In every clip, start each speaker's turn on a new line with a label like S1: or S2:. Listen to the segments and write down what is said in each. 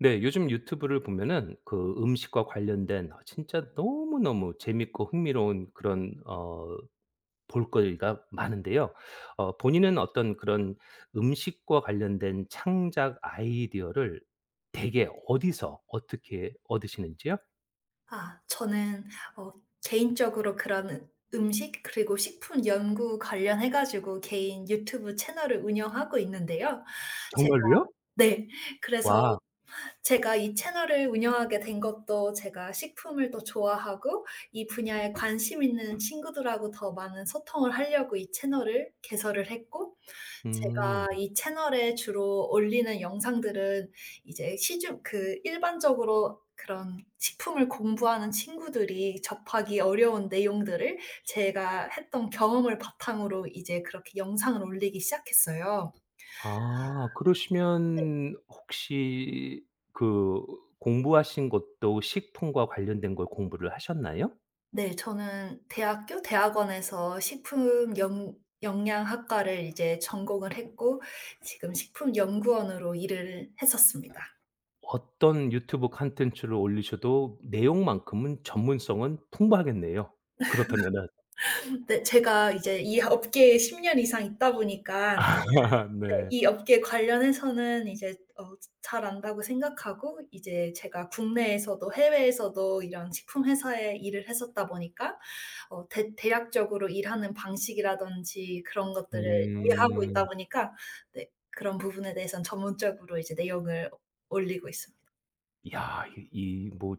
S1: 네. 요즘 유튜브를 보면은 그 음식과 관련된 아 진짜 너무너무 재밌고 흥미로운 그런 볼거리가 많은데요. 본인은 어떤 그런 음식과 관련된 창작 아이디어를 대개 어디서 어떻게 얻으시는지요?
S2: 아, 저는 어 개인적으로 그런 음식 그리고 식품 연구 관련해 가지고 개인 유튜브 채널을 운영하고 있는데요. 제가,
S1: 정말로요?
S2: 네. 그래서
S1: 와.
S2: 제가 이 채널을 운영하게 된 것도 제가 식품을 더 좋아하고 이 분야에 관심 있는 친구들하고 더 많은 소통을 하려고 이 채널을 개설을 했고,
S1: 음.
S2: 제가 이 채널에 주로 올리는 영상들은 이제 시중 그 일반적으로 그런 식품을 공부하는 친구들이 접하기 어려운 내용들을 제가 했던 경험을 바탕으로 이제 그렇게 영상을 올리기 시작했어요.
S1: 아 그러시면 혹시 그 공부하신 것도 식품과 관련된 걸 공부를 하셨나요?
S2: 네. 저는 대학교 대학원에서 식품 영 영양학과를 이제 전공을 했고 지금 식품연구원으로 일을 했었습니다.
S1: 어떤 유튜브 콘텐츠를 올리셔도 내용만큼은 전문성은 풍부하겠네요. 그렇다면은.
S2: 네. 제가 이제 이 업계에 10년 이상 있다 보니까
S1: 네.
S2: 이 업계 관련해서는 이제 잘 안다고 생각하고, 이제 제가 국내에서도 해외에서도 이런 식품 회사에 일을 했었다 보니까 어 대 대략적으로 일하는 방식이라든지 그런 것들을 이해하고 있다
S1: 음.
S2: 보니까, 네, 그런 부분에 대해는 전문적으로 이제 내용을 올리고 있습니다.
S1: 야 이 뭐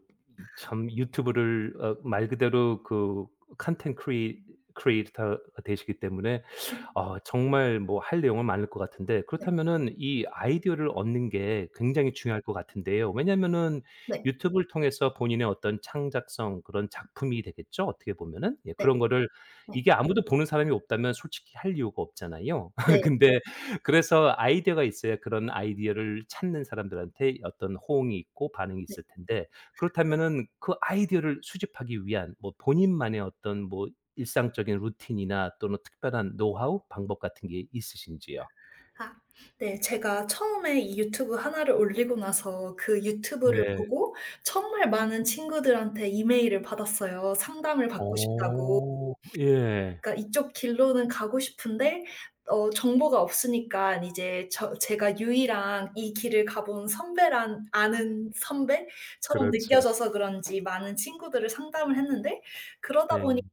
S1: 참 유튜브를 말 그대로 그 컨텐츠 크리에이터가 되시기 때문에
S2: 음.
S1: 아 정말 뭐 할 내용은 많을 것 같은데
S2: 네.
S1: 그렇다면은 이 아이디어를 얻는 게 굉장히 중요할 것 같은데요. 왜냐면은
S2: 네.
S1: 유튜브를 통해서 본인의 어떤 창작성 그런 작품이 되겠죠, 어떻게 보면은. 예
S2: 네.
S1: 그런 거를
S2: 네.
S1: 이게 아무도 보는 사람이 없다면 솔직히 할 이유가 없잖아요.
S2: 네.
S1: 근데 그래서 아이디어가 있어야 그런 아이디어를 찾는 사람들한테 어떤 호응이 있고 반응이 있을 텐데 그렇다면은 그 아이디어를 수집하기 위한 뭐 본인만의 어떤 뭐 일상적인 루틴이나 또는 특별한 노하우, 방법 같은 게 있으신지요?
S2: 아. 네. 제가 처음에 이 유튜브 하나를 올리고 나서 그 유튜브를
S1: 네.
S2: 보고 정말 많은 친구들한테 이메일을 받았어요. 상담을 받고 싶다고.
S1: 어. 예.
S2: 그러니까 이쪽 길로는 가고 싶은데 정보가 없으니까 이제 제가 유일한 이 길을 가본 선배란, 아는 선배처럼
S1: 그렇죠.
S2: 느껴져서 그런지 많은 친구들을 상담을 했는데, 그러다
S1: 네.
S2: 보니까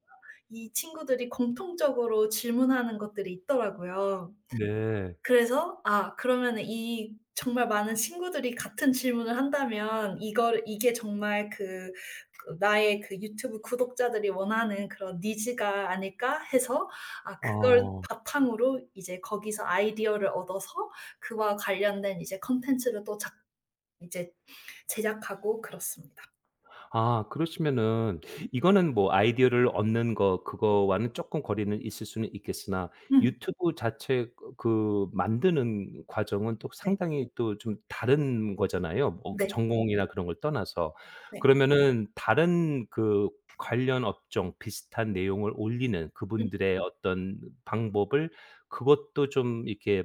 S2: 이 친구들이 공통적으로 질문하는 것들이 있더라고요.
S1: 네.
S2: 그래서 '아, 그러면은 이 정말 많은 친구들이 같은 질문을 한다면 이걸, 이게 정말 나의 그 유튜브 구독자들이 원하는 그런 니즈가 아닐까?' 해서, 아, 그걸
S1: 어.
S2: 바탕으로 이제 거기서 아이디어를 얻어서 그와 관련된 이제 콘텐츠를 또 작 이제 제작하고 그렇습니다.
S1: 아 그러시면은 이거는 뭐 아이디어를 얻는 거 그거와는 조금 거리는 있을 수는 있겠으나
S2: 음.
S1: 유튜브 자체 그 만드는 과정은 또
S2: 네.
S1: 상당히 또 좀 다른 거잖아요. 뭐
S2: 네.
S1: 전공이나 그런 걸 떠나서.
S2: 네.
S1: 그러면은 다른 그 관련 업종 비슷한 내용을 올리는
S2: 음.
S1: 그분들의 어떤 방법을 그것도 좀 이렇게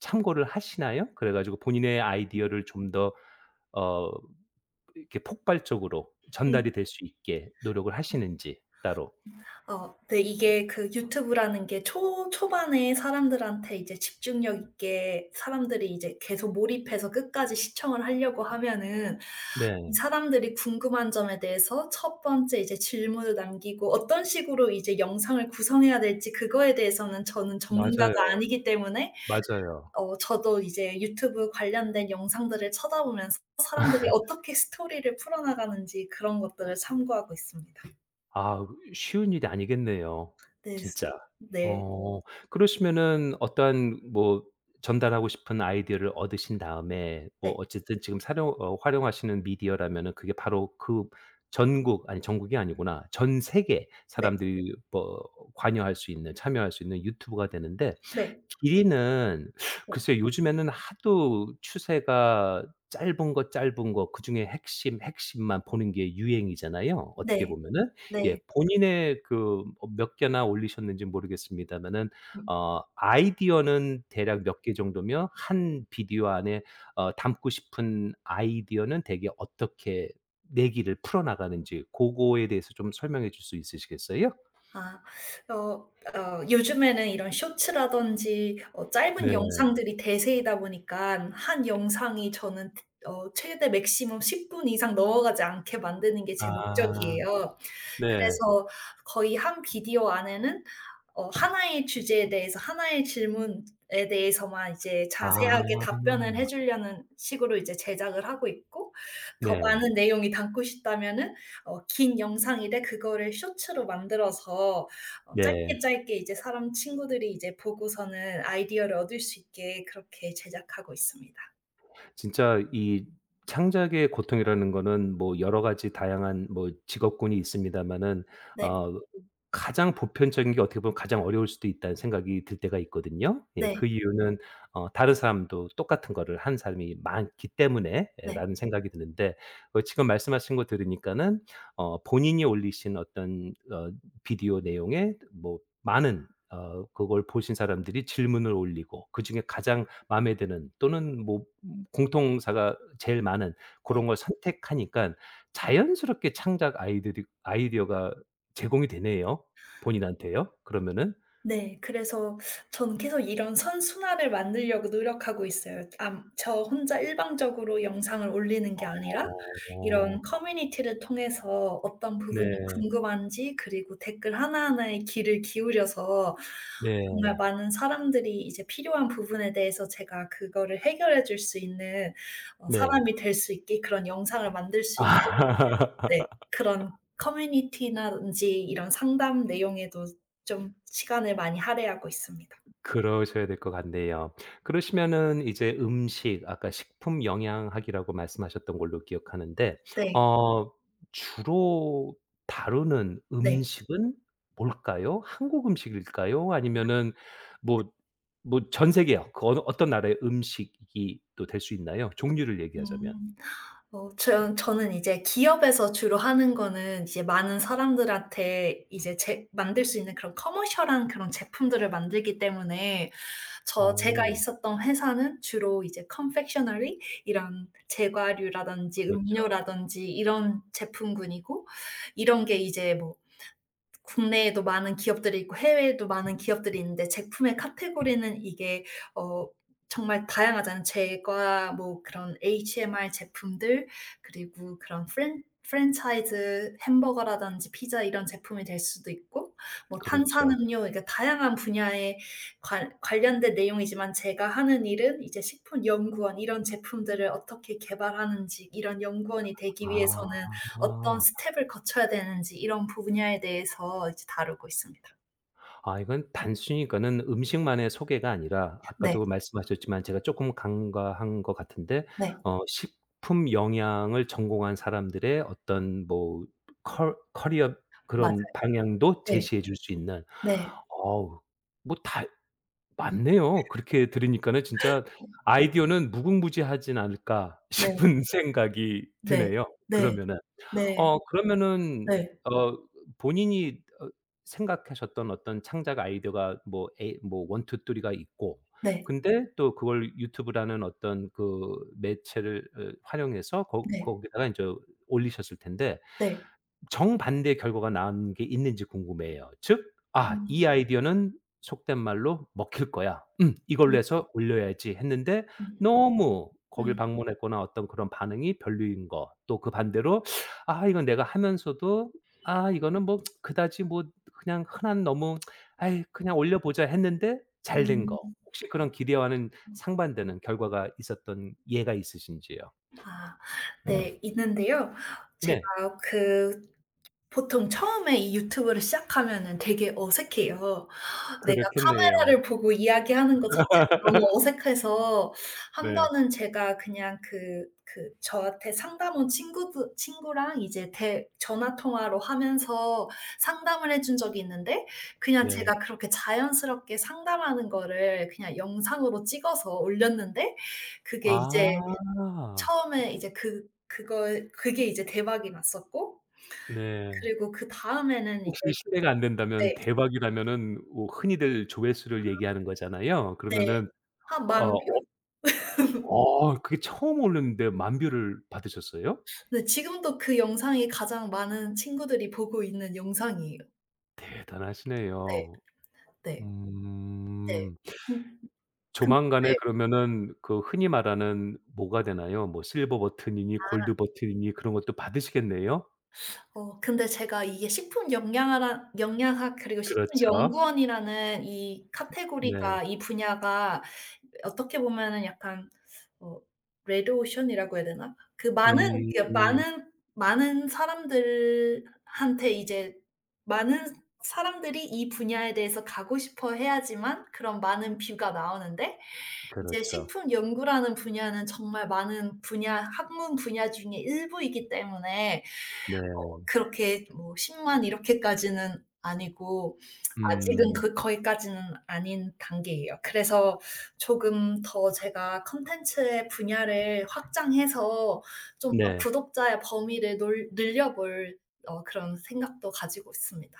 S1: 참고를 하시나요? 그래 가지고 본인의 아이디어를 좀더어 이렇게 폭발적으로
S2: 음.
S1: 전달이 될 수 있게 노력을 하시는지 따로.
S2: 네. 이게 그 유튜브라는 게 초 초반에 사람들한테 이제 집중력 있게 사람들이 이제 계속 몰입해서 끝까지 시청을 하려고 하면은, 이
S1: 네.
S2: 사람들이 궁금한 점에 대해서 첫 번째 이제 질문을 남기고 어떤 식으로 이제 영상을 구성해야 될지, 그거에 대해서는 저는 전문가가
S1: 맞아요.
S2: 아니기 때문에
S1: 맞아요.
S2: 저도 이제 유튜브 관련된 영상들을 쳐다보면서 사람들이 어떻게 스토리를 풀어나가는지 그런 것들을 참고하고 있습니다.
S1: 아 쉬운 일이 아니겠네요.
S2: 네.
S1: 진짜.
S2: 네.
S1: 어 그러시면은 어떠한 뭐 전달하고 싶은 아이디어를 얻으신 다음에 뭐
S2: 네.
S1: 어쨌든 지금 사용 활용하시는 미디어라면은 그게 바로 그 전국 아니 전국이 아니구나. 전 세계
S2: 네.
S1: 사람들이 뭐 관여할 수 있는 참여할 수 있는 유튜브가 되는데
S2: 네.
S1: 길이는
S2: 네.
S1: 글쎄요, 요즘에는 하도 추세가 짧은 거, 짧은 거 그중에 핵심, 핵심만 보는 게 유행이잖아요, 어떻게
S2: 네.
S1: 보면은. 예
S2: 네.
S1: 본인의 그 몇 개나 올리셨는지 모르겠습니다만은
S2: 음.
S1: 아이디어는 대략 몇 개 정도며 한 비디오 안에 담고 싶은 아이디어는 대개 어떻게 내기를 풀어나가는지 고거에 대해서 좀 설명해 줄 수 있으시겠어요?
S2: 아. 어 요즘에는 이런 쇼츠라든지
S1: 네.
S2: 짧은 영상들이 대세이다 보니깐 한 영상이 저는 최대 맥시멈 10분 이상 넘어가지 않게 만드는 게 제
S1: 아.
S2: 목적이에요.
S1: 네.
S2: 그래서 거의 한 비디오 안에는 하나의 주제에 대해서 하나의 질문에 대해서만 이제
S1: 아.
S2: 자세하게 답변을 해 주려는 식으로 이제 제작을 하고 있고, 더
S1: 네.
S2: 많은 내용이 담고 싶다면은 긴 영상인데 그거를 쇼츠로 만들어서 짧게
S1: 네.
S2: 짧게 이제 사람 친구들이 이제 보고서는 아이디어를 얻을 수 있게 그렇게 제작하고 있습니다.
S1: 진짜 이 창작의 고통이라는 거는 뭐 여러 가지 다양한 뭐 직업군이 있습니다마는
S2: 네.
S1: 어 가장 보편적인 게 어떻게 보면 가장 어려울 수도 있다는 생각이 들 때가 있거든요. 예 그
S2: 네.
S1: 이유는 '다른 사람도 똑같은 거를 하는 사람이 많기 때문에 예
S2: 네.
S1: 라는 생각이 드는데 지금 말씀하신 거 들으니까는 본인이 올리신 어떤 비디오 내용에 뭐 많은 그걸 보신 사람들이 질문을 올리고 그중에 가장 마음에 드는 또는 뭐 공통사가 제일 많은 그런
S2: 네.
S1: 걸 선택하니까 자연스럽게 창작 아이들이 아이디어가 제공이 되네요, 본인한테요? 그러면은?
S2: 네. 그래서 저는 계속 이런 선순환을 만들려고 노력하고 있어요. 암 저 혼자 일방적으로 영상을 올리는 게 아니라 이런
S1: 어.
S2: 커뮤니티를 통해서 어떤 부분이
S1: 네.
S2: 궁금한지, 그리고 댓글 하나하나에 귀를 기울여서
S1: 네.
S2: 정말 많은 사람들이 이제 필요한 부분에 대해서 제가 그거를 해결해 줄 수 있는
S1: 네.
S2: 사람이 될 수 있게, 그런 영상을 만들 수 있게.
S1: 아.
S2: 네. 그런 커뮤니티라든지 이런 상담 내용에도 좀 시간을 많이 할애하고 있습니다.
S1: 그러셔야 될 것 같네요. 그러시면은 이제 음식, 아까 식품 영양학이라고 말씀하셨던 걸로 기억하는데
S2: 네.
S1: 어 주로 다루는
S2: 네.
S1: 음식은 뭘까요? 한국 음식일까요? 아니면은 뭐 뭐 전 세계요. 그 어느 어떤 나라의 음식이 또 될 수 있나요? 종류를 얘기하자면.
S2: 음. 어 전 저는 이제 기업에서 주로 하는 거는 이제 많은 사람들한테 이제 제 만들 수 있는 그런 커머셜한 그런 제품들을 만들기 때문에, 제가
S1: 어
S2: 있었던 회사는 주로 이제 confectionery, 이런 제과류라든지
S1: 그렇죠.
S2: 음료라든지 이런 제품군이고, 이런 게 이제 뭐 국내에도 많은 기업들이 있고 해외에도 많은 기업들이 있는데, 제품의 카테고리는 이게 어 정말 다양하잖아요. 제과, 뭐 그런 HMR 제품들, 그리고 그런 프랜차이즈 햄버거라든지 피자 이런 제품이 될 수도 있고, 뭐
S1: 그렇죠.
S2: 탄산음료. 그러니까 다양한 분야에 관 관련된 내용이지만, 제가 하는 일은 이제 식품 연구원, 이런 제품들을 어떻게 개발하는지, 이런 연구원이 되기 위해서는 어떤
S1: 아.
S2: 스텝을 거쳐야 되는지 이런 분야에 대해서 이제 다루고 있습니다.
S1: 아 이건 단순히 그거는 음식만의 소개가 아니라
S2: 네.
S1: 아까도 말씀하셨지만 제가 조금 간과한 것 같은데
S2: 네.
S1: 식품 영양을 전공한 사람들의 어떤 뭐 커 커리어
S2: 맞아요.
S1: 그런 방향도
S2: 네.
S1: 제시해 줄 수 있는
S2: 네.
S1: 어우 뭐 다 많네요. 그렇게 들으니까는 진짜 '아이디어는 무궁무진하지 않을까.'
S2: 네.
S1: 싶은 생각이
S2: 네.
S1: 드네요
S2: 네.
S1: 그러면은.
S2: 네.
S1: 그러면은
S2: 네.
S1: 어 본인이 생각하셨던 어떤 창작 아이디어가 뭐 A 뭐 1, 2, 3가 있고
S2: 네.
S1: 근데 또 그걸 유튜브라는 어떤 그 매체를 활용해서 거
S2: 네.
S1: 거기다가 인제 올리셨을 텐데
S2: 네.
S1: 정반대의 결과가 나온 게 있는지 궁금해요. 즉 '아 이
S2: 음.
S1: 아이디어는 속된 말로 먹힐 거야. 이걸로
S2: 음.
S1: 해서 올려야지.' 했는데
S2: 음.
S1: 너무 거길
S2: 음.
S1: 방문했거나 어떤 그런 반응이 별로인 거. 또 그 반대로 '아 이건 내가 하면서도 아 이거는 뭐 그다지 뭐 그냥 흔한 너무 아이 그냥 올려 보자.' 했는데 잘된 거.
S2: 음.
S1: 혹시 그런 기대와는 상반되는 결과가 있었던 예가 있으신지요?
S2: 아. 네. 있는데요. 제가
S1: 네.
S2: 그 보통 처음에 이 유튜브를 시작하면은 되게 어색해요. 내가
S1: 그렇겠네요.
S2: 카메라를 보고 이야기하는 것 자체가 너무 어색해서, 한
S1: 네.
S2: 번은 제가 그냥 저한테 상담원 친구분 친구랑 이제 대 전화 통화로 하면서 상담을 해준 적이 있는데, 그냥
S1: 네.
S2: 제가 그렇게 자연스럽게 상담하는 거를 그냥 영상으로 찍어서 올렸는데, 그게 이제
S1: 아.
S2: 처음에 이제 그 그걸 그게 이제 대박이 났었고,
S1: 네.
S2: 그리고 그다음에는
S1: 혹시
S2: 이제.
S1: 실례가 안 된다면
S2: 네.
S1: 대박이라면은 뭐 흔히들 조회수를 얘기하는 거잖아요.
S2: 네.
S1: 그러면은
S2: 한 만
S1: 어
S2: 뷰?
S1: 그게 처음 올렸는데 만 뷰를 받으셨어요?
S2: 네, 지금도 그 영상이 가장 많은 친구들이 보고 있는 영상이에요. 네.
S1: 대단하시네요.
S2: 네. 네.
S1: 음.
S2: 음. 근
S1: 조만간에
S2: 네.
S1: 그러면은 그 흔히 말하는 뭐가 되나요? 뭐 실버 버튼이니 골드 버튼이니 그런 것도 받으시겠네요?
S2: 근데 제가 이게 식품 영양하라 영양학 그리고 식품
S1: 그렇죠.
S2: 연구원이라는 이
S1: 네.
S2: 카테고리가, 이 분야가 어떻게 보면은 약간 어 레드 오션이라고 해야 되나? 그
S1: 음.
S2: 많은 많은 사람들한테 이제 많은 사람들이 이 분야에 대해서 가고 싶어 해야지만 그런 많은 뷰가 나오는데, 이제
S1: 그렇죠.
S2: 식품 연구라는 분야는 정말 많은 분야, 학문 분야 중에 일부이기 때문에
S1: 네.
S2: 그렇게 뭐 10만 이렇게까지는 아니고 아직은
S1: 음.
S2: 그 거기까지는 아닌 단계예요. 그래서 조금 더 제가 콘텐츠의 분야를 확장해서 좀 더
S1: 네.
S2: 구독자의 범위를 놀 늘려 볼, 그런 생각도 가지고 있습니다.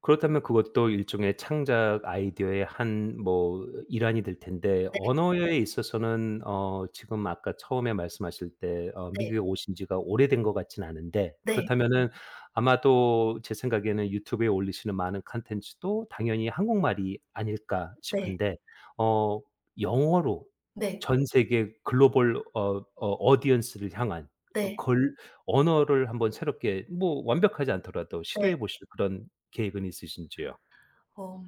S1: 그렇다면 그것도 일종의 창작 아이디어의 한 뭐 일환이 될 텐데,
S2: 네.
S1: 언어에 있어서는 지금 아까 처음에 말씀하실 때
S2: 네.
S1: 미국에 오신 지가 오래된 것 같진 않은데
S2: 네.
S1: 그렇다면은 아마도 제 생각에는 유튜브에 올리시는 많은 콘텐츠도 당연히 한국말이 아닐까
S2: 네.
S1: 싶은데 어 영어로
S2: 네.
S1: 전 세계 글로벌 audience를 향한
S2: 네.
S1: 걸 언어를 한번 새롭게 뭐 완벽하지 않더라도
S2: 네.
S1: 시도해 보실 그런 계획은 있으신지요?
S2: 어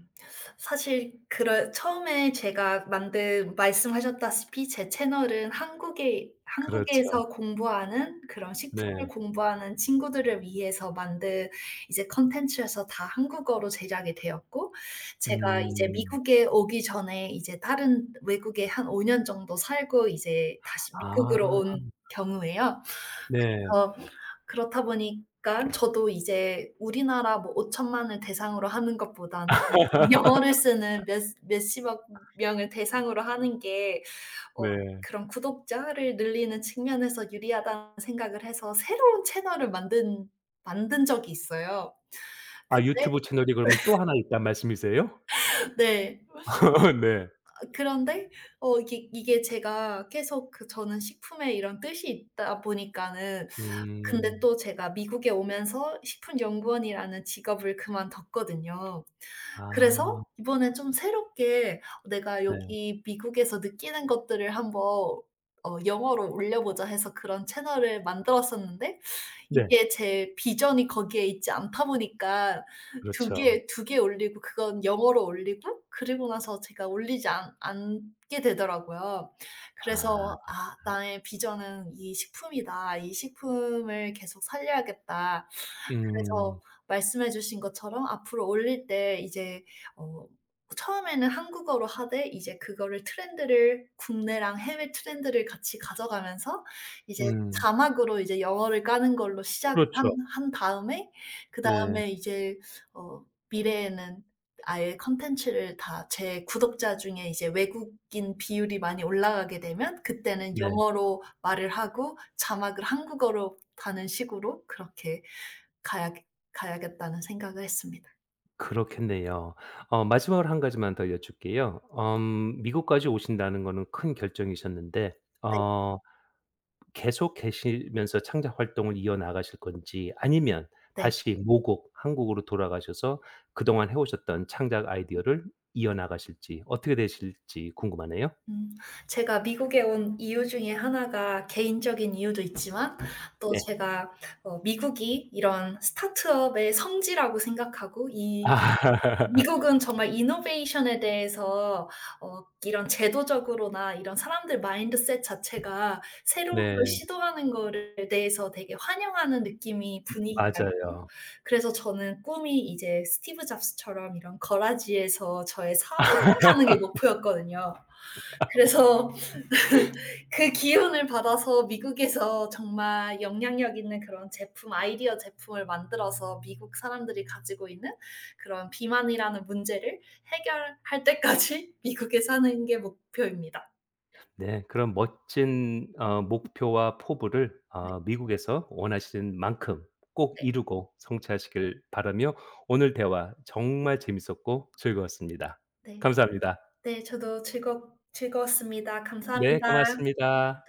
S2: 사실 그럴, 처음에 제가 만든, 말씀하셨다시피 제 채널은
S1: 그렇죠.
S2: 한국에서 공부하는 그런 식품을
S1: 네.
S2: 공부하는 친구들을 위해서 만든 이제 컨텐츠여서 다 한국어로 제작이 되었고, 제가 이제
S1: 음.
S2: 미국에 오기 전에 이제 다른 외국에 한 5년 정도 살고 이제 다시 미국으로
S1: 아
S2: 온 경우에요.
S1: 네.
S2: 그렇다 보니까 저도 이제 우리나라 뭐5천만을 대상으로 하는 것보다는 영어를 쓰는 몇 몇십억 명을 대상으로 하는 게, 어
S1: 네.
S2: 그런 구독자를 늘리는 측면에서 유리하다는 생각을 해서 새로운 채널을 만든 적이 있어요.
S1: 아
S2: 근데.
S1: 유튜브 채널이 그러면 또 하나 있단 말씀이세요?
S2: 네.
S1: 네.
S2: 그런데 이게 제가 계속 그, 저는 식품에 이런 뜻이 있다 보니까는, 근데
S1: 음.
S2: 또 제가 미국에 오면서 식품연구원이라는 직업을 그만뒀거든요.
S1: 아
S2: 그래서 이번에 좀 새롭게 '내가
S1: 네.
S2: 여기 미국에서 느끼는 것들을 한번 영어로 올려보자.' 해서 그런 채널을 만들었었는데,
S1: 네.
S2: 이게 제 비전이 거기에 있지 않다 보니까
S1: 그렇죠.
S2: 두 개 올리고, 그건 영어로 올리고, 그리고 나서 제가 올리지 않 않게 되더라고요.
S1: 아.
S2: 그래서 '아, 나의 비전은 이 식품이다. 이 식품을 계속 살려야겠다.' 그래서
S1: 음.
S2: 말씀해 주신 것처럼 앞으로 올릴 때 이제 어 처음에는 한국어로 하되 이제 그거를 트렌드를, 국내랑 해외 트렌드를 같이 가져가면서 이제
S1: 음.
S2: 자막으로 이제 영어를 까는 걸로 시작을
S1: 그렇죠.
S2: 한 다음에,
S1: 네.
S2: 그다음에 이제 어 미래에는 아예 콘텐츠를 다, 제 구독자 중에 이제 외국인 비율이 많이 올라가게 되면 그때는
S1: 네.
S2: 영어로 말을 하고 자막을 한국어로 다는 식으로, 그렇게 가야 가야겠다는 생각을 했습니다.
S1: 그렇겠네요. 마지막으로 한 가지만 더 여쭙게요. 엄 미국까지 오신다는 거는 큰 결정이셨는데
S2: 네.
S1: 어 계속 계시면서 창작 활동을 이어나가실 건지, 아니면
S2: 네.
S1: 다시 모국 한국으로 돌아가셔서 그동안 해 오셨던 창작 아이디어를 이어나가실지 어떻게 되실지 궁금하네요.
S2: 음. 제가 미국에 온 이유 중에 하나가 개인적인 이유도 있지만, 또
S1: 네.
S2: 제가 미국이 이런 스타트업의 성지라고 생각하고, 이
S1: 아.
S2: 미국은 정말 이노베이션에 대해서 이런 제도적으로나 이런 사람들 마인드셋 자체가 새로운 걸
S1: 네.
S2: 시도하는 거를 대해서 되게 환영하는 느낌이, 분위기가 있고.
S1: 맞아요.
S2: 그래서 저는 꿈이 이제 스티브 잡스처럼 이런 거라지에서 저의 사업을 시작하는 게 목표였거든요. 그래서 그 기운을 받아서 미국에서 정말 영향력 있는 그런 제품, 아이디어 제품을 만들어서 미국 사람들이 가지고 있는 그런 비만이라는 문제를 해결할 때까지 미국에 사는 게 목표입니다.
S1: 네. 그런 멋진 목표와 포부를
S2: 네.
S1: 미국에서 원하시는 만큼 꼭
S2: 네.
S1: 이루고 성취하시길 바라며 오늘 대화 정말 재밌었고 즐거웠습니다.
S2: 네.
S1: 감사합니다.
S2: 네, 저도 즐겁 즐거웠습니다.
S1: 네.
S2: 감사합니다.
S1: 고맙습니다.